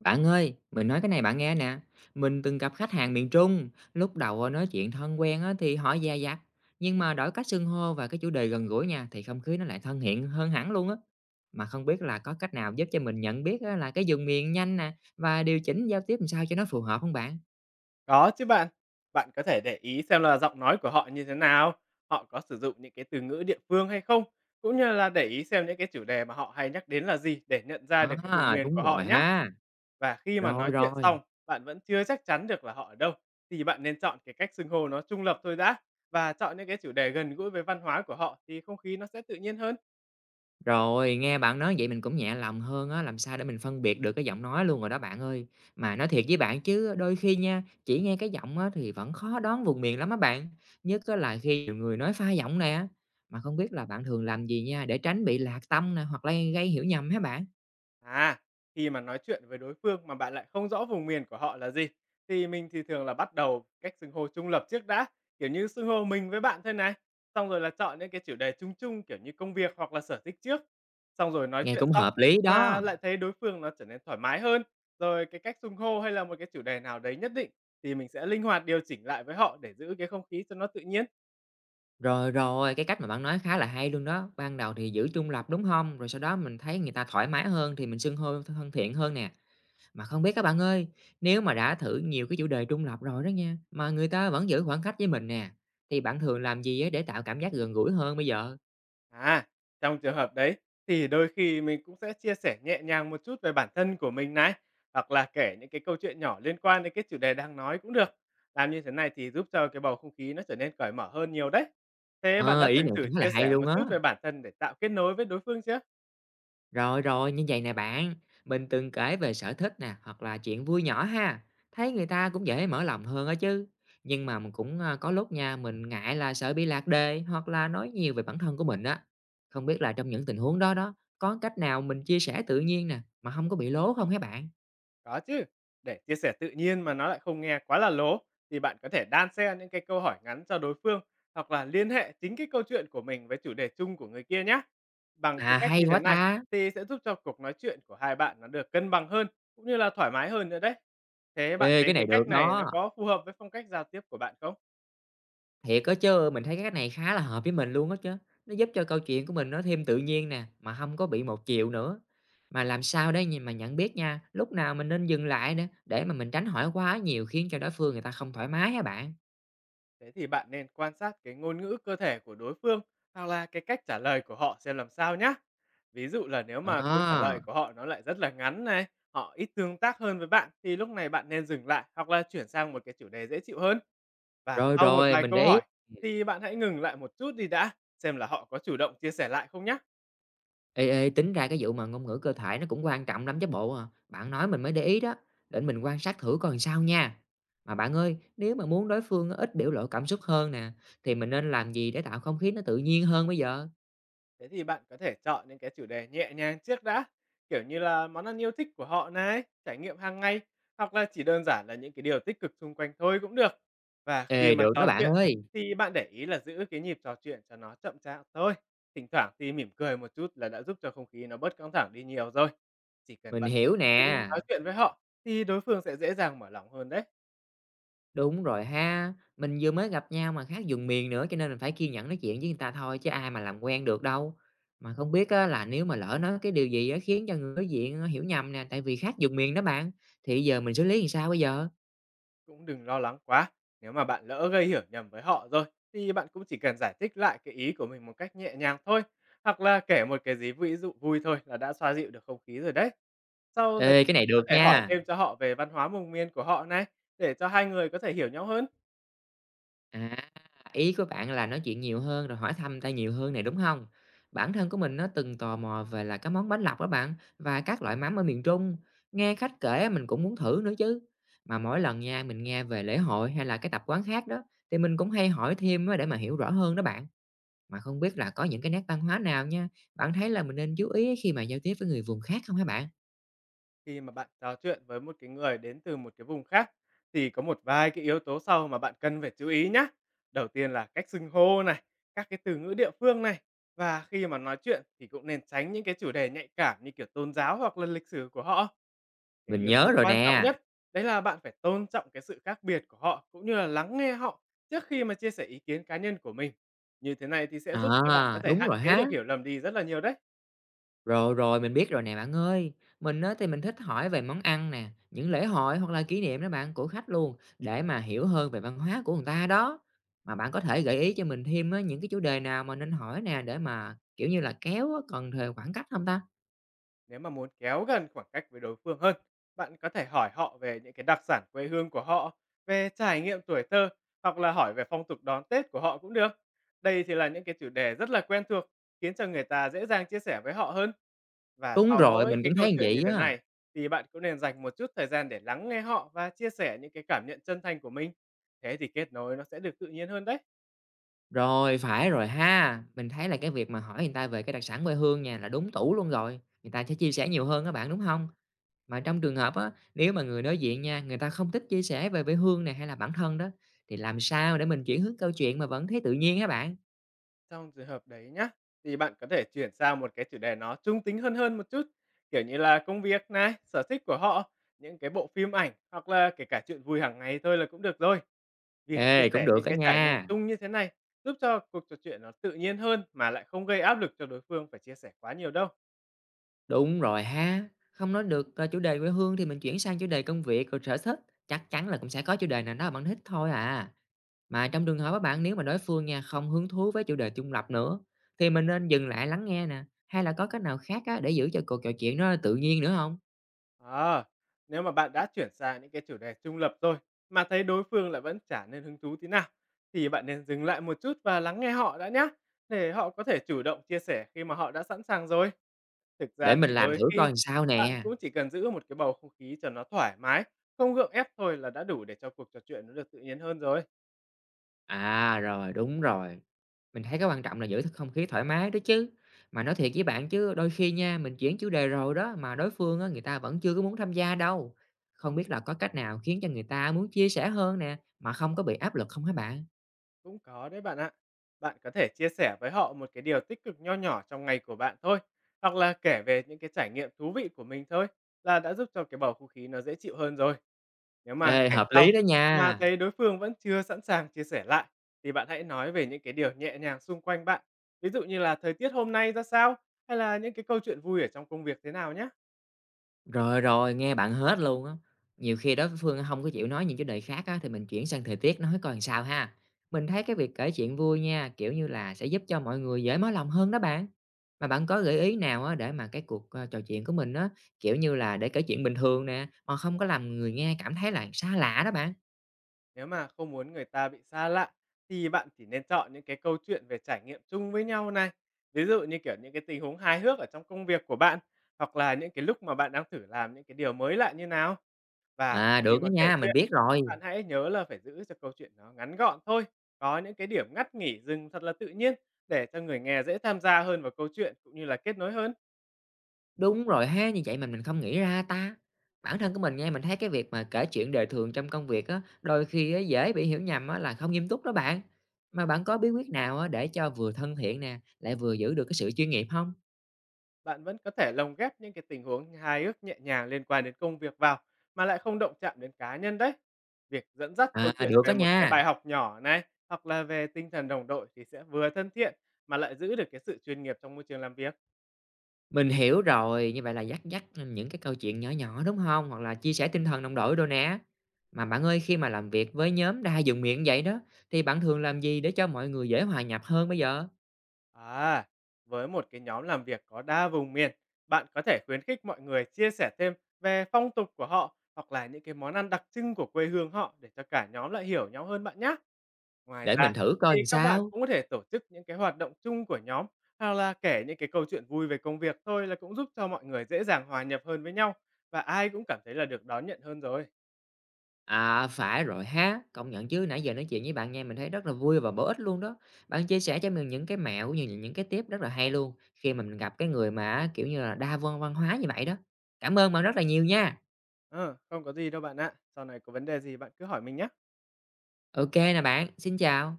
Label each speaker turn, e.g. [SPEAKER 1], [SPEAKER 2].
[SPEAKER 1] Bạn ơi, mình nói cái này bạn nghe nè. Mình từng gặp khách hàng miền Trung, lúc đầu nói chuyện thân quen á, thì họ dè dặt. Nhưng mà đổi cách xưng hô và cái chủ đề gần gũi nha, thì không khí nó lại thân thiện hơn hẳn luôn á. Mà không biết là có cách nào giúp cho mình nhận biết á, là cái vùng miền nhanh nè và điều chỉnh giao tiếp làm sao cho nó phù hợp không bạn?
[SPEAKER 2] Có chứ bạn. Bạn có thể để ý xem là giọng nói của họ như thế nào, họ có sử dụng những cái từ ngữ địa phương hay không, cũng như là để ý xem những cái chủ đề mà họ hay nhắc đến là gì để nhận ra được cái vùng
[SPEAKER 1] À,
[SPEAKER 2] miền
[SPEAKER 1] đúng
[SPEAKER 2] của họ
[SPEAKER 1] rồi
[SPEAKER 2] nhé.
[SPEAKER 1] ha.
[SPEAKER 2] Và khi mà
[SPEAKER 1] Rồi
[SPEAKER 2] nói chuyện
[SPEAKER 1] rồi.
[SPEAKER 2] xong, bạn vẫn chưa chắc chắn được là họ ở đâu, thì bạn nên chọn cái cách xưng hô nó trung lập thôi đã và chọn những cái chủ đề gần gũi với văn hóa của họ thì không khí nó sẽ tự nhiên hơn.
[SPEAKER 1] Rồi, nghe bạn nói vậy mình cũng nhẹ lòng hơn á, làm sao để mình phân biệt được cái giọng nói luôn rồi đó bạn ơi. Mà nói thiệt với bạn chứ đôi khi nha, chỉ nghe cái giọng á thì vẫn khó đoán vùng miền lắm á bạn. Nhất á là khi nhiều người nói pha giọng nè. Mà không biết là bạn thường làm gì nha để tránh bị lạc tâm nè hoặc là gây hiểu nhầm hả bạn?
[SPEAKER 2] À, khi mà nói chuyện với đối phương mà bạn lại không rõ vùng miền của họ là gì, thì mình thì thường là bắt đầu cách xưng hô trung lập trước đã, kiểu như xưng hô mình với bạn thôi này. Xong rồi là chọn những cái chủ đề chung chung kiểu như công việc hoặc là sở thích trước. Xong rồi nói
[SPEAKER 1] Nghe
[SPEAKER 2] chuyện
[SPEAKER 1] cũng
[SPEAKER 2] xong
[SPEAKER 1] hợp lý
[SPEAKER 2] mà
[SPEAKER 1] đó.
[SPEAKER 2] lại thấy đối phương nó trở nên thoải mái hơn. Rồi cái cách xưng hô hay là một cái chủ đề nào đấy nhất định thì mình sẽ linh hoạt điều chỉnh lại với họ để giữ cái không khí cho nó tự nhiên.
[SPEAKER 1] Rồi rồi, cái cách mà bạn nói khá là hay luôn đó. Ban đầu thì giữ trung lập đúng không? Rồi sau đó mình thấy người ta thoải mái hơn thì mình xưng hô thân thiện hơn nè. Mà không biết các bạn ơi, nếu mà đã thử nhiều cái chủ đề trung lập rồi đó nha, mà người ta vẫn giữ khoảng cách với mình nè, thì bạn thường làm gì á để tạo cảm giác gần gũi hơn bây giờ?
[SPEAKER 2] À, trong trường hợp đấy thì đôi khi mình cũng sẽ chia sẻ nhẹ nhàng một chút về bản thân của mình này, hoặc là kể những cái câu chuyện nhỏ liên quan đến cái chủ đề đang nói cũng được. Làm như thế này thì giúp cho cái bầu không khí nó trở nên cởi mở hơn nhiều đấy. Thế bạn
[SPEAKER 1] Ờ,
[SPEAKER 2] đã
[SPEAKER 1] ý
[SPEAKER 2] từng
[SPEAKER 1] này khá
[SPEAKER 2] thử
[SPEAKER 1] là
[SPEAKER 2] chia
[SPEAKER 1] hay
[SPEAKER 2] sẻ
[SPEAKER 1] luôn
[SPEAKER 2] một
[SPEAKER 1] á.
[SPEAKER 2] chút về bản thân để tạo kết nối với đối phương chưa?
[SPEAKER 1] Rồi rồi, như vậy nè bạn, mình từng kể về sở thích nè, hoặc là chuyện vui nhỏ ha, thấy người ta cũng dễ mở lòng hơn á chứ. Nhưng mà mình cũng có lúc nha, mình ngại là sợ bị lạc đề hoặc là nói nhiều về bản thân của mình á. Không biết là trong những tình huống đó đó, có cách nào mình chia sẻ tự nhiên nè, mà không có bị lố không hả bạn?
[SPEAKER 2] Có chứ, để chia sẻ tự nhiên mà nó lại không nghe quá là lố thì bạn có thể đan xen những cái câu hỏi ngắn cho đối phương hoặc là liên hệ chính cái câu chuyện của mình với chủ đề chung của người kia nhé. Bằng cái
[SPEAKER 1] À
[SPEAKER 2] cách
[SPEAKER 1] hay
[SPEAKER 2] như thế
[SPEAKER 1] quá
[SPEAKER 2] này
[SPEAKER 1] ta.
[SPEAKER 2] thì sẽ giúp cho cuộc nói chuyện của hai bạn nó được cân bằng hơn cũng như là thoải mái hơn nữa đấy. Thế bạn
[SPEAKER 1] Ê,
[SPEAKER 2] thấy
[SPEAKER 1] cái này
[SPEAKER 2] cái cách
[SPEAKER 1] được
[SPEAKER 2] này
[SPEAKER 1] đó,
[SPEAKER 2] nó có phù hợp với phong cách giao tiếp của bạn không?
[SPEAKER 1] thiệt á chứ, mình thấy cái cách này khá là hợp với mình luôn á chứ, nó giúp cho câu chuyện của mình nó thêm tự nhiên nè, mà không có bị một chiều nữa. Mà làm sao để nh mà nhận biết nha, lúc nào mình nên dừng lại nữa, để mà mình tránh hỏi quá nhiều khiến cho đối phương người ta không thoải mái á bạn?
[SPEAKER 2] Thế thì bạn nên quan sát cái ngôn ngữ cơ thể của đối phương hoặc là cái cách trả lời của họ xem làm sao nhá. Ví dụ là nếu mà câu trả
[SPEAKER 1] À,
[SPEAKER 2] lời của họ nó lại rất là ngắn này, họ ít tương tác hơn với bạn thì lúc này bạn nên dừng lại hoặc là chuyển sang một cái chủ đề dễ chịu hơn. Và
[SPEAKER 1] rồi,
[SPEAKER 2] sau một
[SPEAKER 1] rồi,
[SPEAKER 2] vài
[SPEAKER 1] mình
[SPEAKER 2] câu
[SPEAKER 1] để ý.
[SPEAKER 2] hỏi thì bạn hãy ngừng lại một chút đi đã, xem là họ có chủ động chia sẻ lại không nhá.
[SPEAKER 1] Ê, ê, tính ra cái vụ mà ngôn ngữ cơ thể nó cũng quan trọng lắm chứ bộ à. Bạn nói mình mới để ý đó, để mình quan sát thử coi làm sao nha. Mà bạn ơi, nếu mà muốn đối phương nó ít biểu lộ cảm xúc hơn nè, thì mình nên làm gì để tạo không khí nó tự nhiên hơn bây giờ?
[SPEAKER 2] Thế thì bạn có thể chọn những cái chủ đề nhẹ nhàng trước đã, kiểu như là món ăn yêu thích của họ này, trải nghiệm hàng ngày, hoặc là chỉ đơn giản là những cái điều tích cực xung quanh thôi cũng được. Và khi
[SPEAKER 1] Ê,
[SPEAKER 2] mà
[SPEAKER 1] được đó
[SPEAKER 2] trò
[SPEAKER 1] bạn
[SPEAKER 2] chuyện
[SPEAKER 1] ơi,
[SPEAKER 2] thì bạn để ý là giữ cái nhịp trò chuyện cho nó chậm chạp thôi. Thỉnh thoảng thì mỉm cười một chút là đã giúp cho không khí nó bớt căng thẳng đi nhiều rồi. Chỉ cần
[SPEAKER 1] mình
[SPEAKER 2] bạn
[SPEAKER 1] hiểu
[SPEAKER 2] kiên nhẫn
[SPEAKER 1] nè.
[SPEAKER 2] nói chuyện với họ thì đối phương sẽ dễ dàng mở lòng hơn đấy.
[SPEAKER 1] Đúng rồi ha, mình vừa mới gặp nhau mà khác vùng miền nữa cho nên mình phải kiên nhẫn nói chuyện với người ta thôi chứ ai mà làm quen được đâu. Mà không biết á, là nếu mà lỡ nói cái điều gì á, khiến cho người đối diện nó hiểu nhầm nè, tại vì khác vùng miền đó bạn, thì giờ mình xử lý làm sao bây giờ?
[SPEAKER 2] Cũng đừng lo lắng quá, nếu mà bạn lỡ gây hiểu nhầm với họ rồi thì bạn cũng chỉ cần giải thích lại cái ý của mình một cách nhẹ nhàng thôi, hoặc là kể một cái gì ví dụ vui thôi là đã xoa dịu được không khí rồi đấy. Sau đấy
[SPEAKER 1] Ê, cái này
[SPEAKER 2] bạn có
[SPEAKER 1] được
[SPEAKER 2] thể hỏi
[SPEAKER 1] nha.
[SPEAKER 2] thêm cho họ về văn hóa vùng miền của họ này để cho hai người có thể hiểu nhau hơn.
[SPEAKER 1] À, ý của bạn là nói chuyện nhiều hơn rồi hỏi thăm ta nhiều hơn này, đúng không? Bản thân của mình nó từng tò mò về là cái món bánh lọc đó bạn, và các loại mắm ở miền Trung, nghe khách kể mình cũng muốn thử nữa chứ. Mà mỗi lần nha, mình nghe về lễ hội hay là cái tập quán khác đó, thì mình cũng hay hỏi thêm á để mà hiểu rõ hơn đó bạn. Mà không biết là có những cái nét văn hóa nào nha, bạn thấy là mình nên chú ý khi mà giao tiếp với người vùng khác không hả bạn?
[SPEAKER 2] Khi mà bạn trò chuyện với một cái người đến từ một cái vùng khác thì có một vài cái yếu tố sau mà bạn cần phải chú ý nhé. Đầu tiên là cách xưng hô này, các cái từ ngữ địa phương này và khi mà nói chuyện thì cũng nên tránh những cái chủ đề nhạy cảm như kiểu tôn giáo hoặc là lịch sử của họ. Cái
[SPEAKER 1] Mình
[SPEAKER 2] yếu
[SPEAKER 1] nhớ
[SPEAKER 2] tố
[SPEAKER 1] rồi
[SPEAKER 2] quan trọng
[SPEAKER 1] nè.
[SPEAKER 2] nhất đấy là bạn phải tôn trọng cái sự khác biệt của họ cũng như là lắng nghe họ trước khi mà chia sẻ ý kiến cá nhân của mình. Như thế này thì sẽ giúp cho bạn có
[SPEAKER 1] À,
[SPEAKER 2] thể
[SPEAKER 1] đúng
[SPEAKER 2] hạn
[SPEAKER 1] rồi
[SPEAKER 2] chế
[SPEAKER 1] ha.
[SPEAKER 2] được hiểu lầm đi rất là nhiều đấy.
[SPEAKER 1] Rồi, rồi, mình biết rồi nè bạn ơi. Mình á thì mình thích hỏi về món ăn nè, những lễ hội hoặc là kỷ niệm đó bạn của khách luôn để mà hiểu hơn về văn hóa của người ta đó. Mà bạn có thể gợi ý cho mình thêm á, những cái chủ đề nào mà nên hỏi nè để mà, kiểu như là, kéo á cần thời khoảng cách không ta?
[SPEAKER 2] Nếu mà muốn kéo gần khoảng cách với đối phương hơn, bạn có thể hỏi họ về những cái đặc sản quê hương của họ, về trải nghiệm tuổi thơ hoặc là hỏi về phong tục đón Tết của họ cũng được. Đây thì là những cái chủ đề rất là quen thuộc, khiến cho người ta dễ dàng chia sẻ với họ hơn. Và
[SPEAKER 1] Đúng
[SPEAKER 2] sau
[SPEAKER 1] rồi,
[SPEAKER 2] mỗi
[SPEAKER 1] mình cũng
[SPEAKER 2] cái câu
[SPEAKER 1] thấy như
[SPEAKER 2] chuyện như
[SPEAKER 1] vậy
[SPEAKER 2] thế
[SPEAKER 1] á.
[SPEAKER 2] này thì bạn cũng nên dành một chút thời gian để lắng nghe họ và chia sẻ những cái cảm nhận chân thành của mình. Thế thì kết nối nó sẽ được tự nhiên hơn đấy.
[SPEAKER 1] Rồi, phải rồi ha. Mình thấy là cái việc mà hỏi người ta về cái đặc sản quê hương nha là đúng tủ luôn rồi, người ta sẽ chia sẻ nhiều hơn các bạn, đúng không? Mà trong trường hợp á, nếu mà người đối diện nha, người ta không thích chia sẻ về quê hương này hay là bản thân đó, thì làm sao để mình chuyển hướng câu chuyện mà vẫn thấy tự nhiên hả bạn?
[SPEAKER 2] Trong trường hợp đấy nhá, thì bạn có thể chuyển sang một cái chủ đề nó trung tính hơn hơn một chút, kiểu như là công việc này, sở thích của họ, những cái bộ phim ảnh hoặc là kể cả chuyện vui hàng ngày thôi là cũng được rồi. Việc chia
[SPEAKER 1] Ê, cũng
[SPEAKER 2] sẻ
[SPEAKER 1] được
[SPEAKER 2] những
[SPEAKER 1] đó
[SPEAKER 2] cái trải nghiệm
[SPEAKER 1] nha.
[SPEAKER 2] chung như thế này giúp cho cuộc trò chuyện nó tự nhiên hơn mà lại không gây áp lực cho đối phương phải chia sẻ quá nhiều đâu.
[SPEAKER 1] Đúng rồi ha. Không nói được chủ đề quê hương thì mình chuyển sang chủ đề công việc rồi sở thích. Chắc chắn là cũng sẽ có chủ đề nào đó bạn thích thôi à. Mà trong trường hợp các bạn nếu mà đối phương nha không hứng thú với chủ đề trung lập nữa, thì mình nên dừng lại lắng nghe nè. Hay là có cách nào khác á, để giữ cho cuộc trò chuyện nó tự nhiên nữa không?
[SPEAKER 2] À, nếu mà bạn đã chuyển sang những cái chủ đề trung lập rồi mà thấy đối phương lại vẫn chả nên hứng thú tí nào thì bạn nên dừng lại một chút và lắng nghe họ đã nhé để họ có thể chủ động chia sẻ khi mà họ đã sẵn sàng rồi. Thực
[SPEAKER 1] Để
[SPEAKER 2] ra
[SPEAKER 1] mình
[SPEAKER 2] thì
[SPEAKER 1] làm
[SPEAKER 2] đôi
[SPEAKER 1] thử coi
[SPEAKER 2] khi
[SPEAKER 1] làm sao
[SPEAKER 2] bạn
[SPEAKER 1] nè.
[SPEAKER 2] cũng chỉ cần giữ một cái bầu không khí cho nó thoải mái, không gượng ép thôi là đã đủ để cho cuộc trò chuyện nó được tự nhiên hơn rồi.
[SPEAKER 1] À rồi, đúng rồi. Mình thấy cái quan trọng là giữ không khí thoải mái đó chứ. Mà nói thiệt với bạn chứ đôi khi nha, mình chuyển chủ đề rồi đó mà đối phương á, người ta vẫn chưa có muốn tham gia đâu. Không biết là có cách nào khiến cho người ta muốn chia sẻ hơn nè, mà không có bị áp lực không hả bạn?
[SPEAKER 2] Cũng có đấy bạn ạ. Bạn có thể chia sẻ với họ một cái điều tích cực nho nhỏ trong ngày của bạn thôi, hoặc là kể về những cái trải nghiệm thú vị của mình thôi là đã giúp cho cái bầu không khí nó dễ chịu hơn rồi. Nếu mà
[SPEAKER 1] Ê,
[SPEAKER 2] kể
[SPEAKER 1] hợp
[SPEAKER 2] xong
[SPEAKER 1] lý đó
[SPEAKER 2] mà
[SPEAKER 1] nha.
[SPEAKER 2] thấy đối phương vẫn chưa sẵn sàng chia sẻ lại thì bạn hãy nói về những cái điều nhẹ nhàng xung quanh bạn. Ví dụ như là thời tiết hôm nay ra sao hay là những cái câu chuyện vui ở trong công việc thế nào nhé.
[SPEAKER 1] Rồi, rồi, nghe bạn hết luôn á. Nhiều khi đối phương không có chịu nói những chủ đề khác á, thì mình chuyển sang thời tiết nói coi làm sao ha. Mình thấy cái việc kể chuyện vui nha, kiểu như là, sẽ giúp cho mọi người dễ mở lòng hơn đó bạn. Mà bạn có gợi ý nào á, để mà cái cuộc, trò chuyện của mình á, kiểu như là, để kể chuyện bình thường nè, mà không có làm người nghe cảm thấy là xa lạ đó bạn?
[SPEAKER 2] Nếu mà không muốn người ta bị xa lạ thì bạn chỉ nên chọn những cái câu chuyện về trải nghiệm chung với nhau này. Ví dụ như kiểu những cái tình huống hài hước ở trong công việc của bạn hoặc là những cái lúc mà bạn đang thử làm những cái điều mới lạ như nào. Và
[SPEAKER 1] À, được
[SPEAKER 2] khi
[SPEAKER 1] đó
[SPEAKER 2] mà kể
[SPEAKER 1] nha, mình
[SPEAKER 2] chuyện,
[SPEAKER 1] biết rồi.
[SPEAKER 2] bạn hãy nhớ là phải giữ cho câu chuyện nó ngắn gọn thôi. Có những cái điểm ngắt nghỉ dừng thật là tự nhiên để cho người nghe dễ tham gia hơn vào câu chuyện cũng như là kết nối hơn.
[SPEAKER 1] Đúng rồi ha, như vậy mình không nghĩ ra ta. Bản thân của mình nghe mình thấy cái việc mà kể chuyện đời thường trong công việc á, đôi khi á, dễ bị hiểu nhầm á, là không nghiêm túc đó bạn. Mà bạn có bí quyết nào á, để cho vừa thân thiện nè, lại vừa giữ được cái sự chuyên nghiệp không?
[SPEAKER 2] Bạn vẫn có thể lồng ghép những cái tình huống hài hước nhẹ nhàng liên quan đến công việc vào, mà lại không động chạm đến cá nhân đấy. Việc dẫn dắt câu
[SPEAKER 1] À,
[SPEAKER 2] chuyện
[SPEAKER 1] được á
[SPEAKER 2] về một cái
[SPEAKER 1] nha,
[SPEAKER 2] bài học nhỏ này, hoặc là về tinh thần đồng đội thì sẽ vừa thân thiện mà lại giữ được cái sự chuyên nghiệp trong môi trường làm việc.
[SPEAKER 1] mình hiểu rồi, như vậy là dắt dắt, những cái câu chuyện nhỏ nhỏ, đúng không? Hoặc là chia sẻ tinh thần đồng đội đồ nè. Mà bạn ơi, khi mà làm việc với nhóm đa vùng miệng vậy đó, thì bạn thường làm gì để cho mọi người dễ hòa nhập hơn bây giờ?
[SPEAKER 2] À, với một cái nhóm làm việc có đa vùng miền, bạn có thể khuyến khích mọi người chia sẻ thêm về phong tục của họ hoặc là những cái món ăn đặc trưng của quê hương họ để cho cả nhóm lại hiểu nhau hơn bạn nhé. Ngoài
[SPEAKER 1] Để
[SPEAKER 2] ra
[SPEAKER 1] mình thử coi
[SPEAKER 2] thì
[SPEAKER 1] làm
[SPEAKER 2] các bạn
[SPEAKER 1] sao.
[SPEAKER 2] cũng có thể tổ chức những cái hoạt động chung của nhóm hoặc là kể những cái câu chuyện vui về công việc thôi là cũng giúp cho mọi người dễ dàng hòa nhập hơn với nhau và ai cũng cảm thấy là được đón nhận hơn rồi.
[SPEAKER 1] À, phải rồi ha, công nhận chứ nãy giờ nói chuyện với bạn nghe mình thấy rất là vui và bổ ích luôn đó. Bạn chia sẻ cho mình những cái mẹo cũng như là những cái tip rất là hay luôn, khi mà mình gặp cái người mà kiểu như là, đa văn văn hóa như vậy đó. Cảm ơn bạn rất là nhiều nha.
[SPEAKER 2] Ờ, không có gì đâu bạn ạ. Sau này có vấn đề gì bạn cứ hỏi mình nhé.
[SPEAKER 1] OK nè bạn, xin chào.